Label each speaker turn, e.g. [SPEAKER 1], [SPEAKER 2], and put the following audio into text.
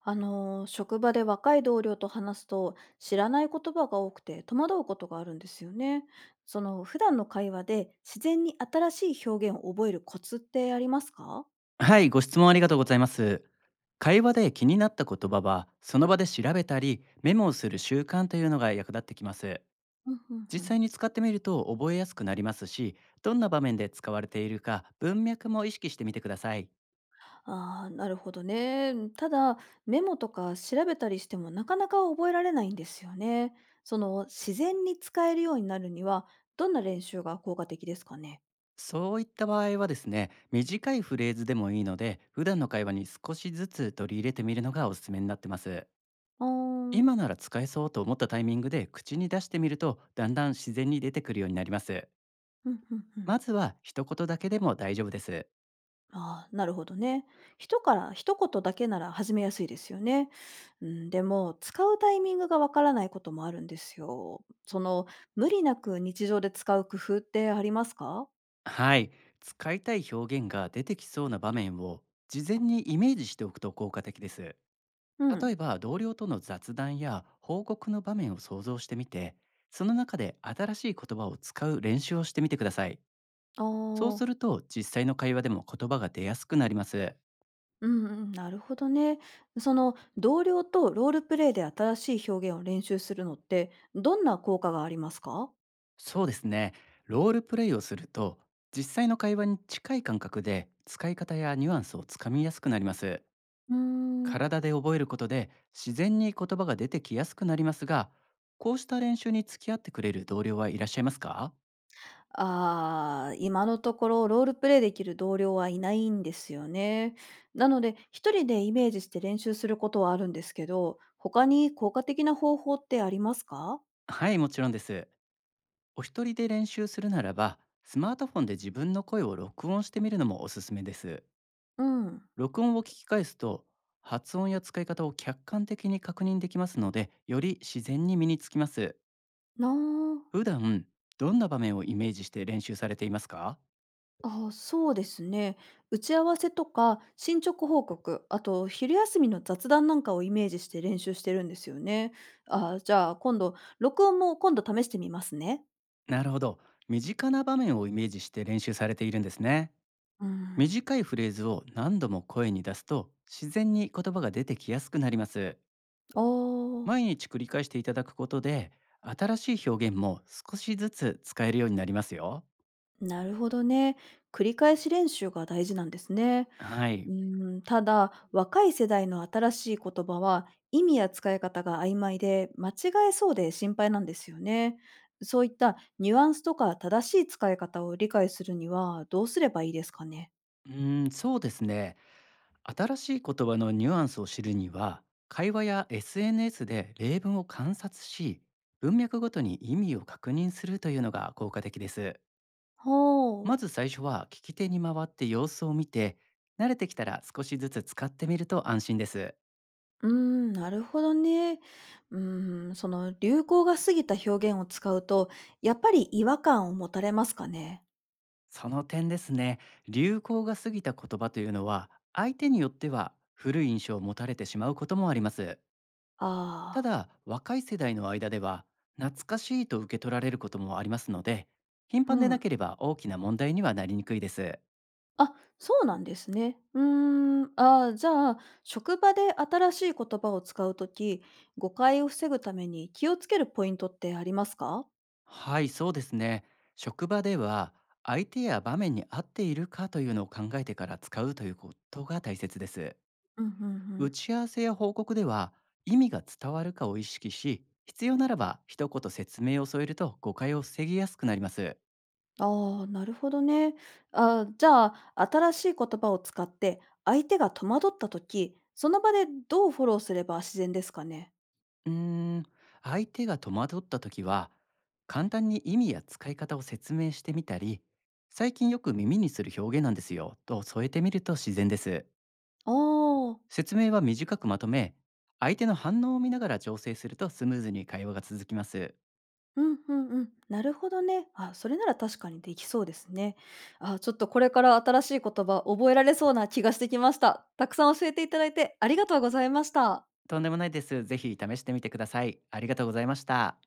[SPEAKER 1] 職場で若い同僚と話すと知らない言葉が多くて戸惑うことがあるんですよね。その、普段の会話で自然に新しい表現を覚えるコツってありますか？
[SPEAKER 2] はい、ご質問ありがとうございます。会話で気になった言葉は、その場で調べたり、メモをする習慣というのが役立ってきます。
[SPEAKER 1] うんうん
[SPEAKER 2] 実
[SPEAKER 1] う
[SPEAKER 2] 際
[SPEAKER 1] ん。
[SPEAKER 2] に使ってみると覚えやすくなりますし、どんな場面で使われているか、文脈も意識してみてください。
[SPEAKER 1] ああ、なるほどね。ただ、メモとか調べたりしてもなかなか覚えられないんですよね。その、自然に使えるようになるには、どんな練習が効果的ですかね？
[SPEAKER 2] そういった場合はですね、短いフレーズでもいいので、普段の会話に少しずつ取り入れてみるのがおすすめになってます。
[SPEAKER 1] あー、
[SPEAKER 2] 今なら使えそうと思ったタイミングで口に出してみると、だんだん自然に出てくるようになります。
[SPEAKER 1] うんうんうん。
[SPEAKER 2] まずは一言だけでも大丈夫です。
[SPEAKER 1] ああ、なるほどね。人から一言だけなら始めやすいですよね。うん、でも、使うタイミングがわからないこともあるんですよ。その、無理なく日常で使う工夫ってありますか？
[SPEAKER 2] はい、使いたい表現が出てきそうな場面を事前にイメージしておくと効果的です。
[SPEAKER 1] う
[SPEAKER 2] 例
[SPEAKER 1] ん。
[SPEAKER 2] えば同僚との雑談や報告の場面を想像してみて、その中で新しい言葉を使う練習をしてみてください。
[SPEAKER 1] あ
[SPEAKER 2] そうす
[SPEAKER 1] あ、
[SPEAKER 2] ると実際の会話でも言葉が出やすくなります。
[SPEAKER 1] うんうん、なるほどね。その、同僚とロールプレイで新しい表現を練習するのって、どんな効果がありますか？
[SPEAKER 2] そうですね、ロールプレイをすると実際の会話に近い感覚で使い方やニュアンスをつかみやすくなります。
[SPEAKER 1] うーん。
[SPEAKER 2] 体で覚えることで自然に言葉が出てきやすくなりますが、こうした練習に付き合ってくれる同僚はいらっしゃいますか？
[SPEAKER 1] ああ、今のところロールプレイできる同僚はいないんですよね。なので、一人でイメージして練習することはあるんですけど、他に効果的な方法ってありますか？
[SPEAKER 2] はい、もちろんです。お一人で練習するならば、スマートフォンで自分の声を録音してみるのもおすすめです。
[SPEAKER 1] うん。
[SPEAKER 2] 録音を聞き返すと、発音や使い方を客観的に確認できますので、より自然に身につきます。
[SPEAKER 1] な
[SPEAKER 2] 普段どんな場面をイメージして練習されていますか？
[SPEAKER 1] あ、あ、そうですね。打ち合わせとか進捗報告、あと昼休みの雑談なんかをイメージして練習してるんですよね。あ、じゃあ今度、録音も今度試してみますね。
[SPEAKER 2] なるほど、身近な場面をイメージして練習されているんですね。
[SPEAKER 1] うん。
[SPEAKER 2] 短いフレーズを何度も声に出すと自然に言葉が出てきやすくなります。
[SPEAKER 1] ああ。
[SPEAKER 2] 毎日繰り返していただくことで、新しい表現も少しずつ使えるようになりますよ。
[SPEAKER 1] なるほどね。繰り返し練習が大事なんですね。
[SPEAKER 2] は
[SPEAKER 1] う
[SPEAKER 2] い、
[SPEAKER 1] ん、ただ、若い世代の新しい言葉は意味や使い方が曖昧で間違えそうで心配なんですよね。そういったニュアンスとか正しい使い方を理解するにはどうすればいいですかね。
[SPEAKER 2] そうですね、新しい言葉のニュアンスを知るには、会話や SNS で例文を観察し、文脈ごとに意味を確認するというのが効果的です。
[SPEAKER 1] ほ
[SPEAKER 2] ま
[SPEAKER 1] う。
[SPEAKER 2] ず最初は聞き手に回って様子を見て、慣れてきたら少しずつ使ってみると安心です。
[SPEAKER 1] うーん、なるほどね。うーん、その流行が過ぎた表現を使うと、やっぱり違和感を持たれますかね。
[SPEAKER 2] その点ですね、流行が過ぎた言葉というのは相手によっては古い印象を持たれてしまうこともあります。た
[SPEAKER 1] あ
[SPEAKER 2] だ若い世代の間では懐かしいと受け取られることもありますので、頻
[SPEAKER 1] あー、
[SPEAKER 2] 繁
[SPEAKER 1] う
[SPEAKER 2] でなけ
[SPEAKER 1] ん。
[SPEAKER 2] れば大きな問題にはなりにくいです。
[SPEAKER 1] あ、そうなんですね。うーん、あー、じゃあ、職場で新しい言葉を使うとき、誤解を防ぐために気をつけるポイントってありますか？
[SPEAKER 2] はい、そうですね、職場では相手や場面に合っているかというのを考えてから使うということが大切です。
[SPEAKER 1] うんうんう
[SPEAKER 2] 打
[SPEAKER 1] ん。
[SPEAKER 2] ち合わせや報告では意味が伝わるかを意識し、必要ならば一言説明を添えると誤解を防ぎやすくなります。
[SPEAKER 1] ああ、なるほどね。ああ、じゃあ、新しい言葉を使って相手が戸惑ったとき、その場でどうフォローすれば自然ですかね？
[SPEAKER 2] うーん相手が戸惑った時は、簡単に意味や使い方を説明してみたり、最近よく耳にする表現なんですよと添えてみると自然です。
[SPEAKER 1] ああー。
[SPEAKER 2] 説明は短くまとめ、相手の反応を見ながら調整するとスムーズに会話が続きます。
[SPEAKER 1] うんうんうん。なるほどね。あ、それなら確かにできそうですね。あ、ちょっとこれから新しい言葉覚えられそうな気がしてきました。たくさん教えていただいてありがとうございました。
[SPEAKER 2] とんでもないです。ぜひ試してみてください。ありがとうございました。